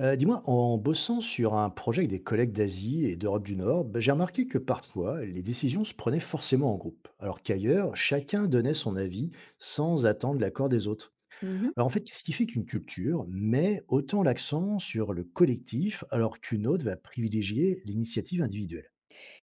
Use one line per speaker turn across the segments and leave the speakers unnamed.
Dis-moi, en bossant sur un projet avec des collègues d'Asie et d'Europe du Nord, ben, j'ai remarqué que parfois, les décisions se prenaient forcément en groupe, alors qu'ailleurs, chacun donnait son avis sans attendre l'accord des autres.
Mmh.
Alors en fait, qu'est-ce qui fait qu'une culture met autant l'accent sur le collectif alors qu'une autre va privilégier l'initiative individuelle?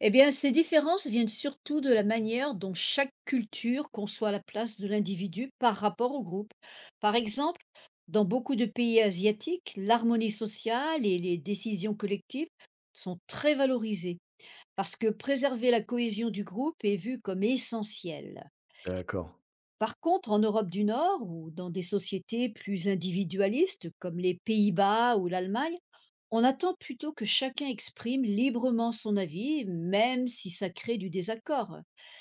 Eh bien, ces différences viennent surtout de la manière dont chaque culture conçoit la place de l'individu par rapport au groupe. Par exemple, dans beaucoup de pays asiatiques, l'harmonie sociale et les décisions collectives sont très valorisées parce que préserver la cohésion du groupe est vu comme essentiel.
D'accord,
Par contre, en Europe du Nord ou dans des sociétés plus individualistes comme les Pays-Bas ou l'Allemagne, on attend plutôt que chacun exprime librement son avis, même si ça crée du désaccord.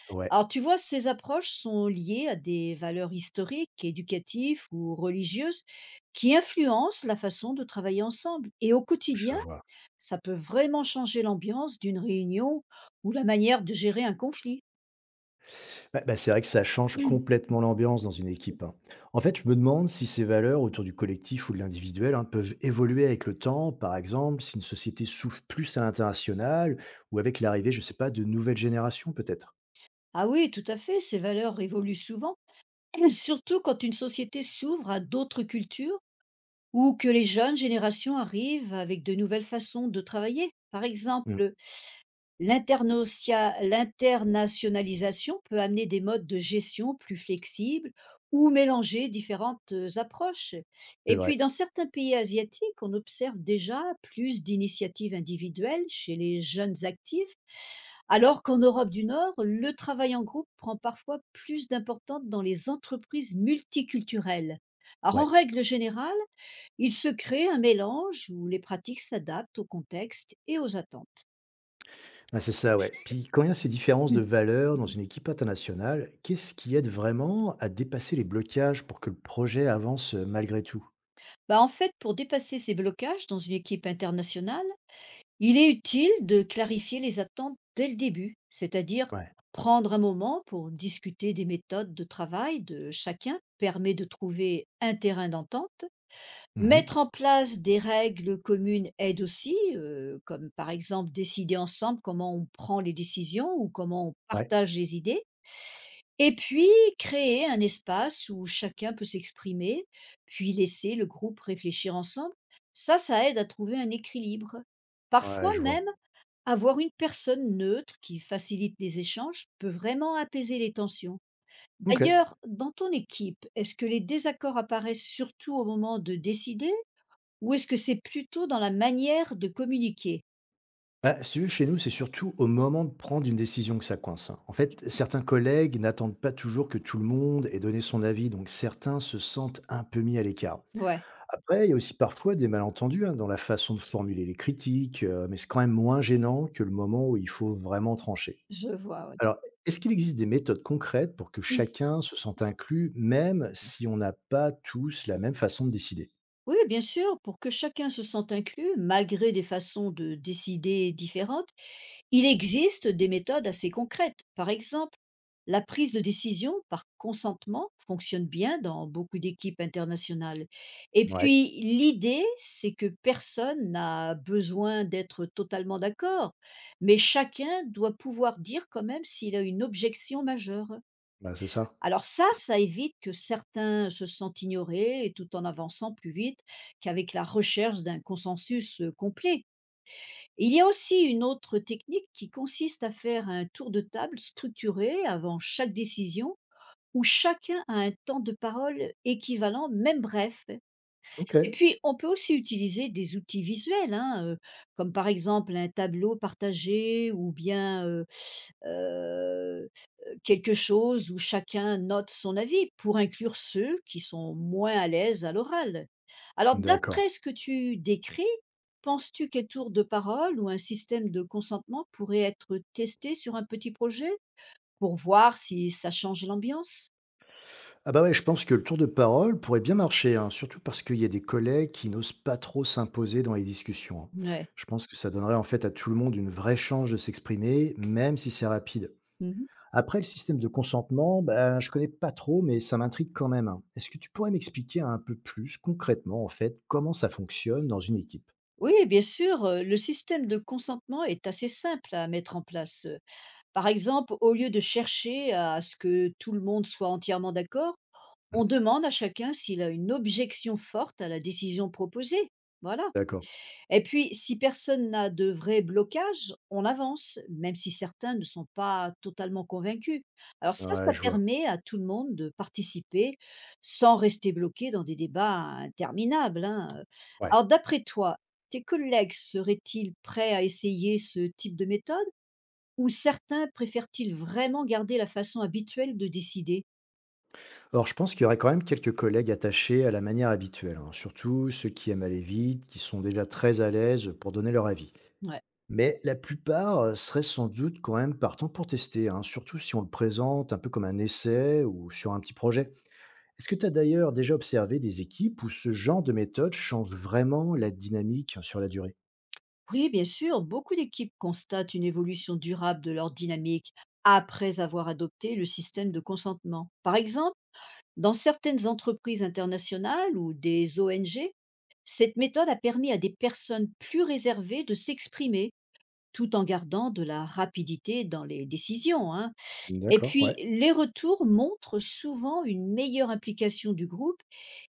ouais,
Alors tu vois, ces approches sont liées à des valeurs historiques, éducatives ou religieuses qui influencent la façon de travailler ensemble. Et au
je
quotidien,
vois.
ça peut vraiment changer l'ambiance d'une réunion ou la manière de gérer un conflit.
Bah, c'est vrai que ça change complètement l'ambiance dans une équipe, hein. En fait, je me demande si ces valeurs autour du collectif ou de l'individuel, hein, peuvent évoluer avec le temps, par exemple, si une société s'ouvre plus à l'international ou avec l'arrivée, je sais pas, de nouvelles générations peut-être?
Ah oui, tout à fait, ces valeurs évoluent souvent, surtout quand une société s'ouvre à d'autres cultures ou que les jeunes générations arrivent avec de nouvelles façons de travailler. Par
Mmh,
exemple, l'internationalisation peut amener des modes de gestion plus flexibles ou mélanger différentes approches.
c'est
Et
vrai,
puis, dans certains pays asiatiques, on observe déjà plus d'initiatives individuelles chez les jeunes actifs alors qu'en Europe du Nord, le travail en groupe prend parfois plus d'importance dans les entreprises multiculturelles. Alors en
ouais.
règle générale, il se crée un mélange où les pratiques s'adaptent au contexte et aux attentes.
Ah, c'est ça, ouais. Puis quand il y a ces différences de
Hmm.
valeurs dans une équipe internationale, qu'est-ce qui aide vraiment à dépasser les blocages pour que le projet avance, malgré tout?
Bah, en fait, pour dépasser ces blocages dans une équipe internationale, il est utile de clarifier les attentes dès le début, c'est-à-dire
Ouais.
prendre un moment pour discuter des méthodes de travail de chacun permet de trouver un terrain d'entente.
Mmh.
Mettre en place des règles communes aide aussi, comme par exemple décider ensemble comment on prend les décisions ou comment on
Ouais,
partage les idées, et puis créer un espace où chacun peut s'exprimer, puis laisser le groupe réfléchir ensemble. Ça aide à trouver un équilibre.
ouais,
Parfois
je
même,
vois.
avoir une personne neutre qui facilite les échanges peut vraiment apaiser les tensions.
OK.
D'ailleurs, dans ton équipe, est-ce que les désaccords apparaissent surtout au moment de décider ou est-ce que c'est plutôt dans la manière de communiquer?
Bah, si tu veux, chez nous, c'est surtout au moment de prendre une décision que ça coince, hein. En fait, certains collègues n'attendent pas toujours que tout le monde ait donné son avis, donc certains se sentent un peu mis à l'écart.
Ouais,
Après, il y a aussi parfois des malentendus, hein, dans la façon de formuler les critiques, mais c'est quand même moins gênant que le moment où il faut vraiment trancher.
je vois, ouais.
Alors, est-ce qu'il existe des méthodes concrètes pour que
Mmh.
chacun se sente inclus, même si on n'a pas tous la même façon de décider?
Oui, oui, bien sûr, pour que chacun se sente inclus, malgré des façons de décider différentes, il existe des méthodes assez concrètes. Par exemple, la prise de décision par consentement fonctionne bien dans beaucoup d'équipes internationales. Et
Ouais,
puis, l'idée, c'est que personne n'a besoin d'être totalement d'accord, mais chacun doit pouvoir dire quand même s'il a une objection majeure.
bah c'est ça.
Alors ça évite que certains se sentent ignorés et tout en avançant plus vite qu'avec la recherche d'un consensus complet. Il y a aussi une autre technique qui consiste à faire un tour de table structuré avant chaque décision où chacun a un temps de parole équivalent, même bref,
Ok,
et puis, on peut aussi utiliser des outils visuels, hein, comme par exemple un tableau partagé ou bien, heu, quelque chose où chacun note son avis pour inclure ceux qui sont moins à l'aise à l'oral. Alors,
d'accord.
d'après ce que tu décris, penses-tu qu'un tour de parole ou un système de consentement pourrait être testé sur un petit projet? Pour voir si ça change l'ambiance?
Ah bah ouais, je pense que le tour de parole pourrait bien marcher, hein, surtout parce qu'il y a des collègues qui n'osent pas trop s'imposer dans les discussions, hein.
Ouais.
Je pense que ça donnerait en fait à tout le monde une vraie chance de s'exprimer, même si c'est rapide.
Mmh.
Après, le système de consentement, ben, je connais pas trop, mais ça m'intrigue quand même, hein. Est-ce que tu pourrais m'expliquer un peu plus concrètement, en fait, comment ça fonctionne dans une équipe?
Oui, bien sûr, le système de consentement est assez simple à mettre en place. Par exemple, au lieu de chercher à ce que tout le monde soit entièrement d'accord, on demande à chacun s'il a une objection forte à la décision proposée. Voilà.
D'accord.
Et puis, si personne n'a de vrai blocage, on avance, même si certains ne sont pas totalement convaincus. Alors ça,
Ouais,
ça
je vois.
permet à tout le monde de participer sans rester bloqué dans des débats interminables, hein.
Ouais.
Alors d'après toi, tes collègues seraient-ils prêts à essayer ce type de méthode ou certains préfèrent-ils vraiment garder la façon habituelle de décider?
Or, je pense qu'il y aurait quand même quelques collègues attachés à la manière habituelle, hein, surtout ceux qui aiment aller vite, qui sont déjà très à l'aise pour donner leur avis. Mais la plupart, seraient sans doute quand même partants pour tester, hein, surtout si on le présente un peu comme un essai ou sur un petit projet. Est-ce que tu as d'ailleurs déjà observé des équipes où ce genre de méthode change vraiment la dynamique sur la durée?
Oui, bien sûr, beaucoup d'équipes constatent une évolution durable de leur dynamique après avoir adopté le système de consentement. Par exemple, dans certaines entreprises internationales ou des ONG, cette méthode a permis à des personnes plus réservées de s'exprimer tout en gardant de la rapidité dans les décisions, hein. Et
D'accord,
puis,
ouais.
les retours montrent souvent une meilleure implication du groupe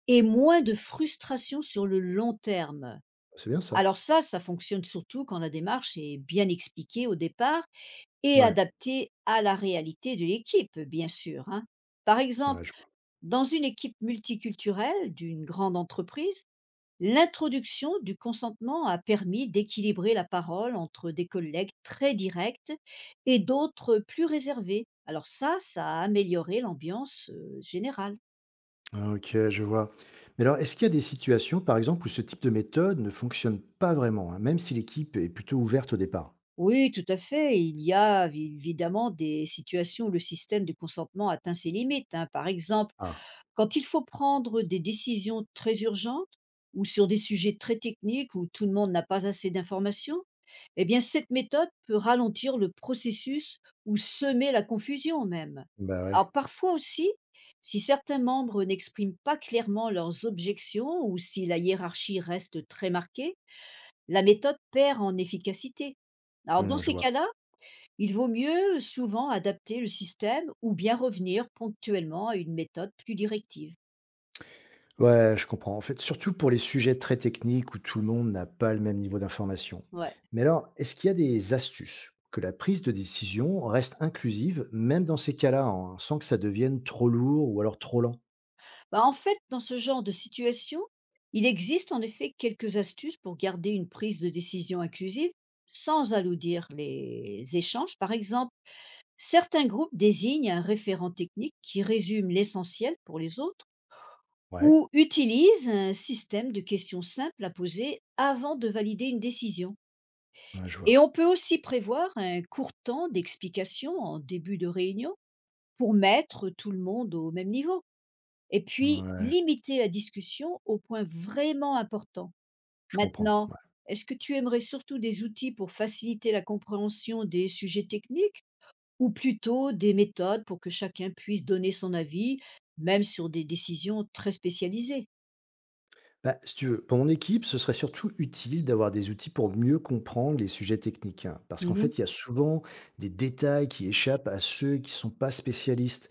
et moins de frustration sur le long terme.
C'est bien ça.
Alors ça fonctionne surtout quand la démarche est bien expliquée au départ et
Ouais,
adaptée à la réalité de l'équipe, bien sûr, hein. Par exemple,
ouais, je vois.
dans une équipe multiculturelle d'une grande entreprise, l'introduction du consentement a permis d'équilibrer la parole entre des collègues très directs et d'autres plus réservés. Alors ça a amélioré l'ambiance générale.
OK, je vois. Mais alors, est-ce qu'il y a des situations, par exemple, où ce type de méthode ne fonctionne pas vraiment, hein, même si l'équipe est plutôt ouverte au départ?
Oui, tout à fait. Il y a évidemment des situations où le système de consentement atteint ses limites, hein. Par exemple,
Ah,
quand il faut prendre des décisions très urgentes ou sur des sujets très techniques où tout le monde n'a pas assez d'informations, eh bien cette méthode peut ralentir le processus ou semer la confusion même.
bah, ouais.
Alors parfois aussi, si certains membres n'expriment pas clairement leurs objections ou si la hiérarchie reste très marquée, la méthode perd en efficacité. Alors dans
Mmh, je
ces
vois.
cas-là, il vaut mieux souvent adapter le système ou bien revenir ponctuellement à une méthode plus directive.
Ouais, je comprends. En fait, surtout pour les sujets très techniques où tout le monde n'a pas le même niveau d'information.
Ouais.
Mais alors, est-ce qu'il y a des astuces que la prise de décision reste inclusive, même dans ces cas-là, hein, sans que ça devienne trop lourd ou alors trop lent?
Bah, en fait, dans ce genre de situation, il existe en effet quelques astuces pour garder une prise de décision inclusive sans alourdir les échanges. Par exemple, certains groupes désignent un référent technique qui résume l'essentiel pour les autres
Ouais,
ou utilisent un système de questions simples à poser avant de valider une décision.
ouais, je
Et
vois.
on peut aussi prévoir un court temps d'explication en début de réunion pour mettre tout le monde au même niveau. Et puis,
Ouais,
limiter la discussion aux points vraiment importants.
je comprends,
Maintenant,
ouais.
est-ce que tu aimerais surtout des outils pour faciliter la compréhension des sujets techniques ou plutôt des méthodes pour que chacun puisse donner son avis, même sur des décisions très spécialisées?
Bah, si tu veux, pour mon équipe, ce serait surtout utile d'avoir des outils pour mieux comprendre les sujets techniques, hein, parce qu'en
Mhm.
fait, il y a souvent des détails qui échappent à ceux qui ne sont pas spécialistes.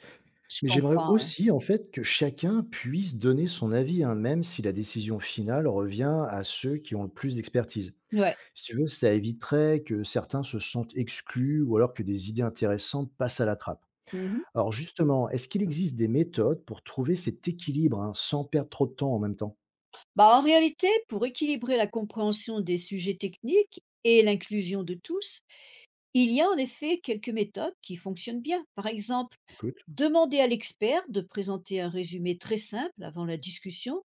Je
Mais j'aimerais
comprends. Ouais.
aussi, en fait, que chacun puisse donner son avis, hein, même si la décision finale revient à ceux qui ont le plus d'expertise.
Ouais.
Si tu veux, ça éviterait que certains se sentent exclus ou alors que des idées intéressantes passent à la trappe.
Mhm.
Alors justement, est-ce qu'il existe des méthodes pour trouver cet équilibre, hein, sans perdre trop de temps en même temps?
Bah, en réalité, pour équilibrer la compréhension des sujets techniques et l'inclusion de tous, il y a en effet quelques méthodes qui fonctionnent bien. Par exemple,
Écoute.
demander à l'expert de présenter un résumé très simple avant la discussion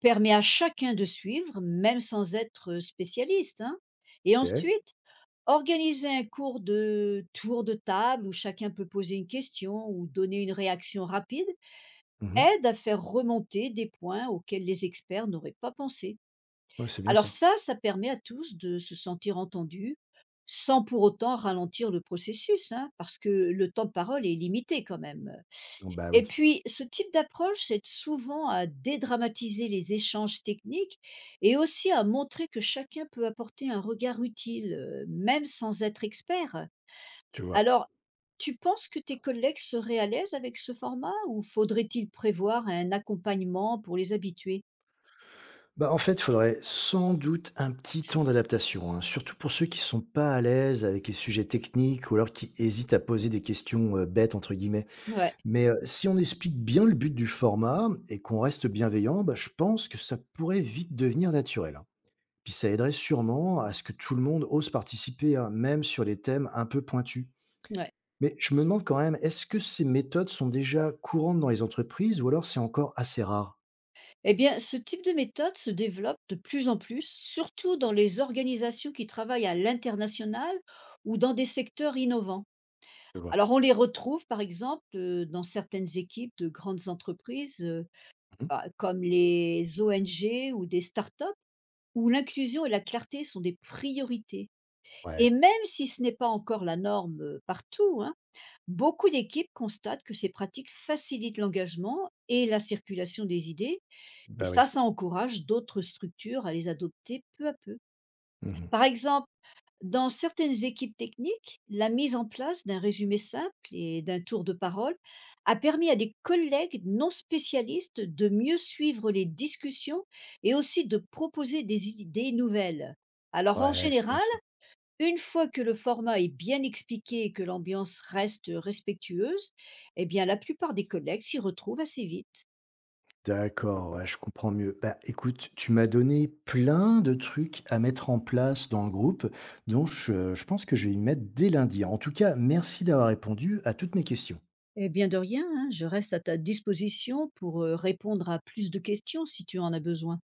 permet à chacun de suivre, même sans être spécialiste, hein. Et
Ok.
ensuite, organiser un cours de tour de table où chacun peut poser une question ou donner une réaction rapide
Mhm.
aide à faire remonter des points auxquels les experts n'auraient pas pensé.
Ouais, c'est bien
Alors
ça.
ça permet à tous de se sentir entendus, sans pour autant ralentir le processus, hein, parce que le temps de parole est limité quand même.
Bon, bah
Et
oui,
puis, ce type d'approche aide souvent à dédramatiser les échanges techniques et aussi à montrer que chacun peut apporter un regard utile, même sans être expert.
tu vois.
Alors, tu penses que tes collègues seraient à l'aise avec ce format ou faudrait-il prévoir un accompagnement pour les habituer?
Bah, en fait, il faudrait sans doute un petit temps d'adaptation, hein, surtout pour ceux qui sont pas à l'aise avec les sujets techniques ou alors qui hésitent à poser des questions bêtes entre guillemets.
Ouais,
Mais si on explique bien le but du format et qu'on reste bienveillant, bah, je pense que ça pourrait vite devenir naturel, hein. Puis ça aiderait sûrement à ce que tout le monde ose participer, hein, même sur les thèmes un peu pointus.
ouais.
Mais je me demande quand même, est-ce que ces méthodes sont déjà courantes dans les entreprises ou alors c'est encore assez rare?
Eh bien, ce type de méthode se développe de plus en plus, surtout dans les organisations qui travaillent à l'international ou dans des secteurs innovants.
Je vois.
Alors, on les retrouve, par exemple, dans certaines équipes de grandes entreprises,
Mhm.
comme les ONG ou des startups, où l'inclusion et la clarté sont des priorités. Et
Ouais,
même si ce n'est pas encore la norme partout, hein, beaucoup d'équipes constatent que ces pratiques facilitent l'engagement et la circulation des idées et
bah
ça,
oui.
ça encourage d'autres structures à les adopter peu à peu.
Mhm.
Par exemple, dans certaines équipes techniques, la mise en place d'un résumé simple et d'un tour de parole a permis à des collègues non spécialistes de mieux suivre les discussions et aussi de proposer des idées nouvelles. Alors en
Ouais, c'est bien
général,
ça.
une fois que le format est bien expliqué et que l'ambiance reste respectueuse, eh bien la plupart des collègues s'y retrouvent assez vite.
D'accord, ouais, je comprends mieux. Bah, écoute, tu m'as donné plein de trucs à mettre en place dans le groupe, donc je pense que je vais y mettre dès lundi. En tout cas, merci d'avoir répondu à toutes mes questions.
Eh bien de rien, hein, je reste à ta disposition pour, répondre à plus de questions si tu en as besoin.